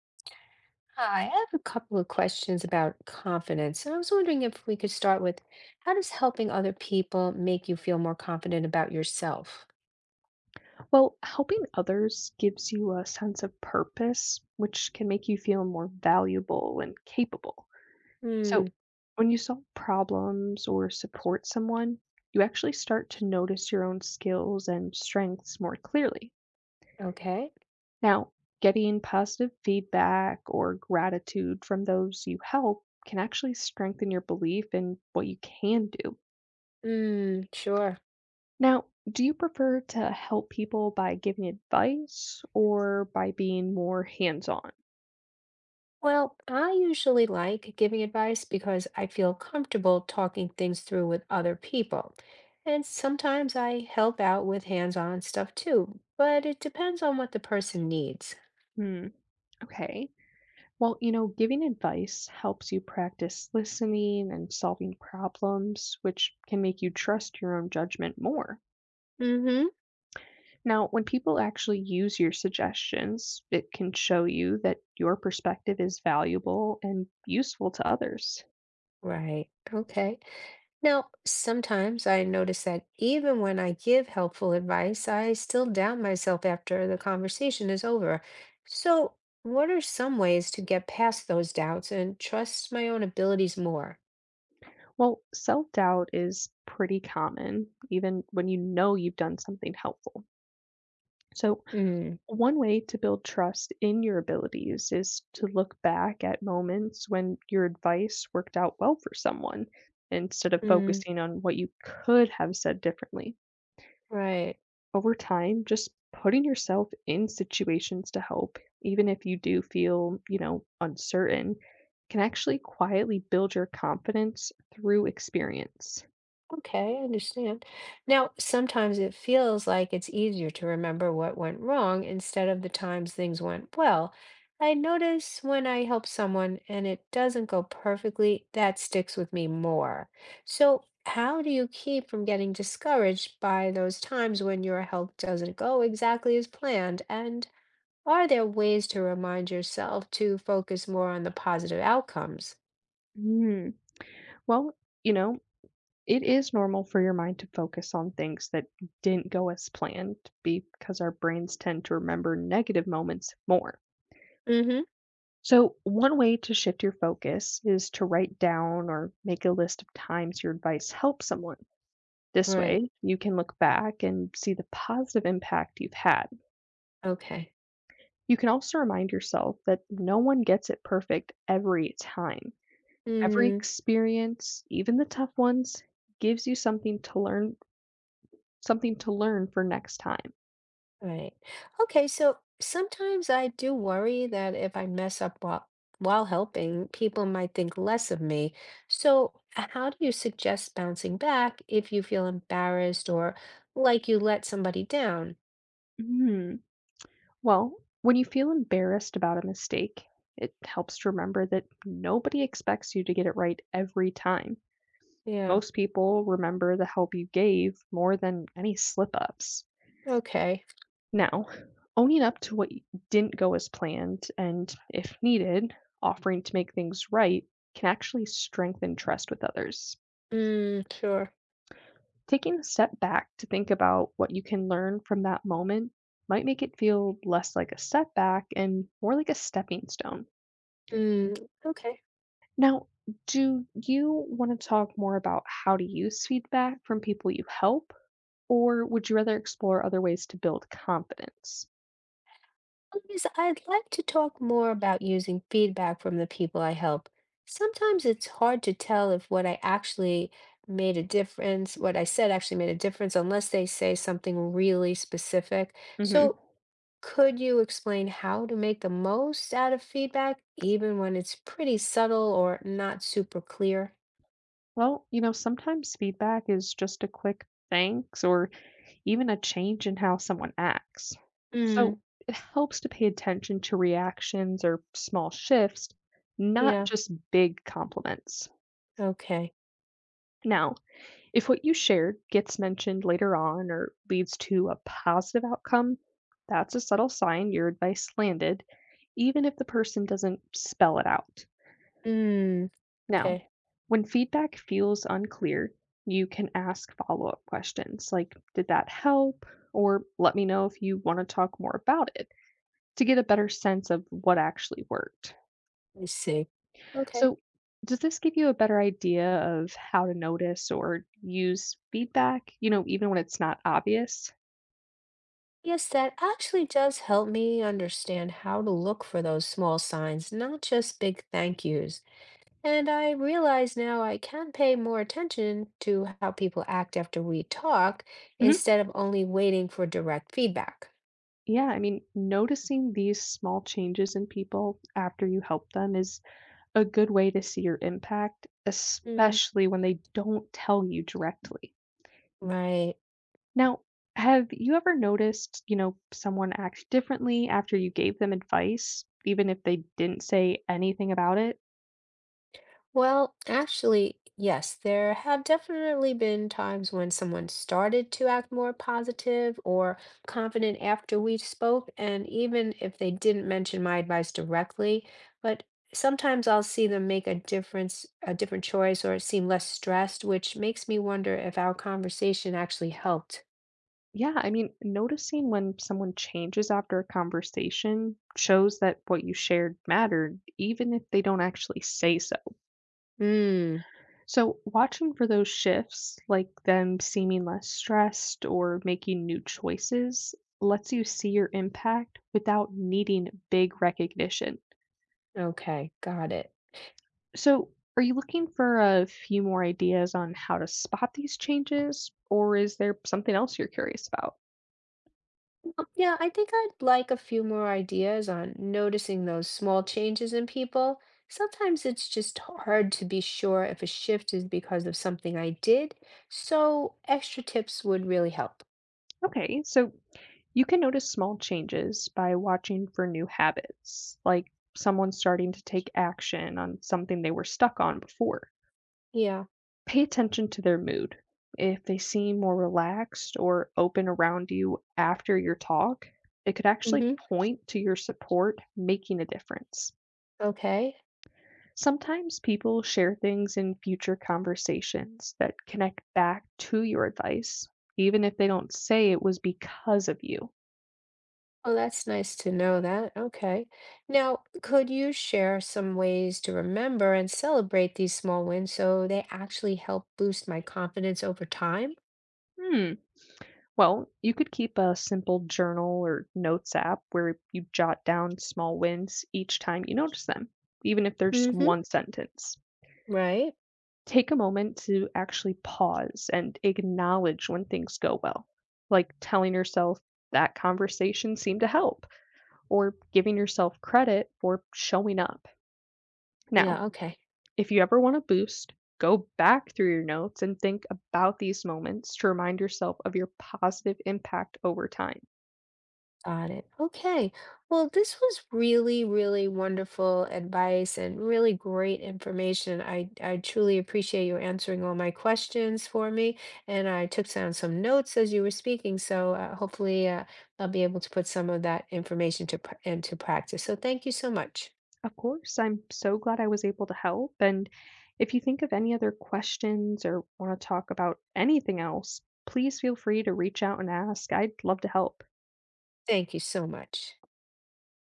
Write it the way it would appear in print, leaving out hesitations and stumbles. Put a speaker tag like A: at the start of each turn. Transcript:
A: Hi, I have a couple of questions about confidence, and I was wondering if we could start with how does helping other people make you feel more confident about yourself?
B: Well, helping others gives you a sense of purpose, which can make you feel more valuable and capable.
A: Hmm,
B: So, when you solve problems or support someone, you actually start to notice your own skills and strengths more clearly.
A: okay.
B: Now, getting positive feedback or gratitude from those you help can actually strengthen your belief in what you can do.
A: Hmm, sure.
B: Now, do you prefer to help people by giving advice or by being more hands on?
A: Well, I usually like giving advice because I feel comfortable talking things through with other people. And sometimes I help out with hands-on stuff too, but it depends on what the person needs.
B: Hmm. Okay. Well, giving advice helps you practice listening and solving problems, which can make you trust your own judgment more.
A: Mm-hmm.
B: Now, when people actually use your suggestions, it can show you that your perspective is valuable and useful to others.
A: Right. Okay. Now, sometimes I notice that even when I give helpful advice, I still doubt myself after the conversation is over. So, what are some ways to get past those doubts and trust my own abilities more?
B: Well, self doubt is pretty common, even when you know you've done something helpful. So,
A: Mm,
B: one way to build trust in your abilities is to look back at moments when your advice worked out well for someone instead of
A: mm,
B: focusing on what you could have said differently.
A: right.
B: Over time, just putting yourself in situations to help, even if you do feel uncertain, can actually quietly build your confidence through experience.
A: Okay, I understand. Now, sometimes it feels like it's easier to remember what went wrong instead of the times things went well. I notice when I help someone and it doesn't go perfectly, that sticks with me more. So, how do you keep from getting discouraged by those times when your help doesn't go exactly as planned? And are there ways to remind yourself to focus more on the positive outcomes?
B: Mm. Well, you know, it is normal for your mind to focus on things that didn't go as planned because our brains tend to remember negative moments more.
A: Mm-hmm.
B: So, one way to shift your focus is to write down or make a list of times your advice helped someone. This
A: Right.
B: way, you can look back and see the positive impact you've had.
A: Okay.
B: You can also remind yourself that no one gets it perfect every time. Every
A: Mm.
B: experience, even the tough ones, gives you something to learn for next time.
A: Right. Okay, so sometimes I do worry that if I mess up while helping, people might think less of me. So, how do you suggest bouncing back if you feel embarrassed or like you let somebody down?
B: Mhm. Well, when you feel embarrassed about a mistake, it helps to remember that nobody expects you to get it right every time.
A: Yeah.
B: Most people remember the help you gave more than any slip ups.
A: Okay.
B: Now, owning up to what didn't go as planned and, if needed, offering to make things right can actually strengthen trust with others.
A: Mm, sure.
B: Taking a step back to think about what you can learn from that moment might make it feel less like a setback and more like a stepping stone.
A: Mm, okay.
B: Now, do you want to talk more about how to use feedback from people you help, or would you rather explore other ways to build confidence?
A: Please, I'd like to talk more about using feedback from the people I help. Sometimes it's hard to tell if what I said actually made a difference, unless they say something really specific.
B: Mhm.
A: So, could you explain how to make the most out of feedback, even when it's pretty subtle or not super clear?
B: Well, sometimes feedback is just a quick "thanks" or even a change in how someone acts. So,
A: Mm,
B: it helps to pay attention to reactions or small shifts, not
A: yeah,
B: just big compliments.
A: okay.
B: Now, if what you shared gets mentioned later on or leads to a positive outcome, that's a subtle sign your advice landed, even if the person doesn't spell it out.
A: Mm, okay,
B: Now, when feedback feels unclear, you can ask follow up questions like, "Did that help?" Or, "let me know if you want to talk more about it." to get a better sense of what actually worked.
A: I see. Okay.
B: So, does this give you a better idea of how to notice or use feedback, even when it's not obvious?
A: Yes, that actually does help me understand how to look for those small signs, not just big thank yous. And I realize now I can pay more attention to how people act after we talk
B: Mhm.
A: instead of only waiting for direct feedback.
B: Yeah, I mean, noticing these small changes in people after you help them is a good way to see your impact,
A: Mm,
B: especially when they don't tell you directly.
A: right.
B: Now, have you ever noticed, someone act differently after you gave them advice, even if they didn't say anything about it?
A: Well, actually, yes, there have definitely been times when someone started to act more positive or confident after we spoke, and even if they didn't mention my advice directly, but sometimes I'll see them a different choice, or seem less stressed, which makes me wonder if our conversation actually helped.
B: Yeah, I mean, noticing when someone changes after a conversation shows that what you shared mattered, even if they don't actually say so.
A: Hmm,
B: So, watching for those shifts, like them seeming less stressed or making new choices, lets you see your impact without needing big recognition.
A: okay, got it.
B: So, are you looking for a few more ideas on how to spot these changes, or is there something else you're curious about?
A: Yeah, I think I'd like a few more ideas on noticing those small changes in people. Sometimes it's just hard to be sure if a shift is because of something I did, so extra tips would really help.
B: Okay, so you can notice small changes by watching for new habits, like someone starting to take action on something they were stuck on before.
A: Yeah.
B: Pay attention to their mood. If they seem more relaxed or open around you after your talk, it could actually
A: Mm-hmm.
B: point to your support making a difference.
A: Okay.
B: Sometimes people share things in future conversations that connect back to your advice, even if they don't say it was because of you.
A: Oh, that's nice to know that. Okay. Now, could you share some ways to remember and celebrate these small wins so they actually help boost my confidence over time?
B: Hmm. Well, you could keep a simple journal or notes app where you jot down small wins each time you notice them, even if they're just
A: Mm-hmm.
B: one sentence.
A: Right.
B: Take a moment to actually pause and acknowledge when things go well, like telling yourself that conversation seemed to help or giving yourself credit for showing up. Now,
A: Yeah, okay.
B: if you ever want to boost, go back through your notes and think about these moments to remind yourself of your positive impact over time.
A: Got it. Okay. Well, this was really, really wonderful advice and really great information. I truly appreciate you answering all my questions for me. And I took down some notes as you were speaking. So hopefully I'll be able to put some of that information into practice. So thank you so much.
B: Of course, I'm so glad I was able to help. And if you think of any other questions or want to talk about anything else, please feel free to reach out and ask. I'd love to help.
A: Thank you so much.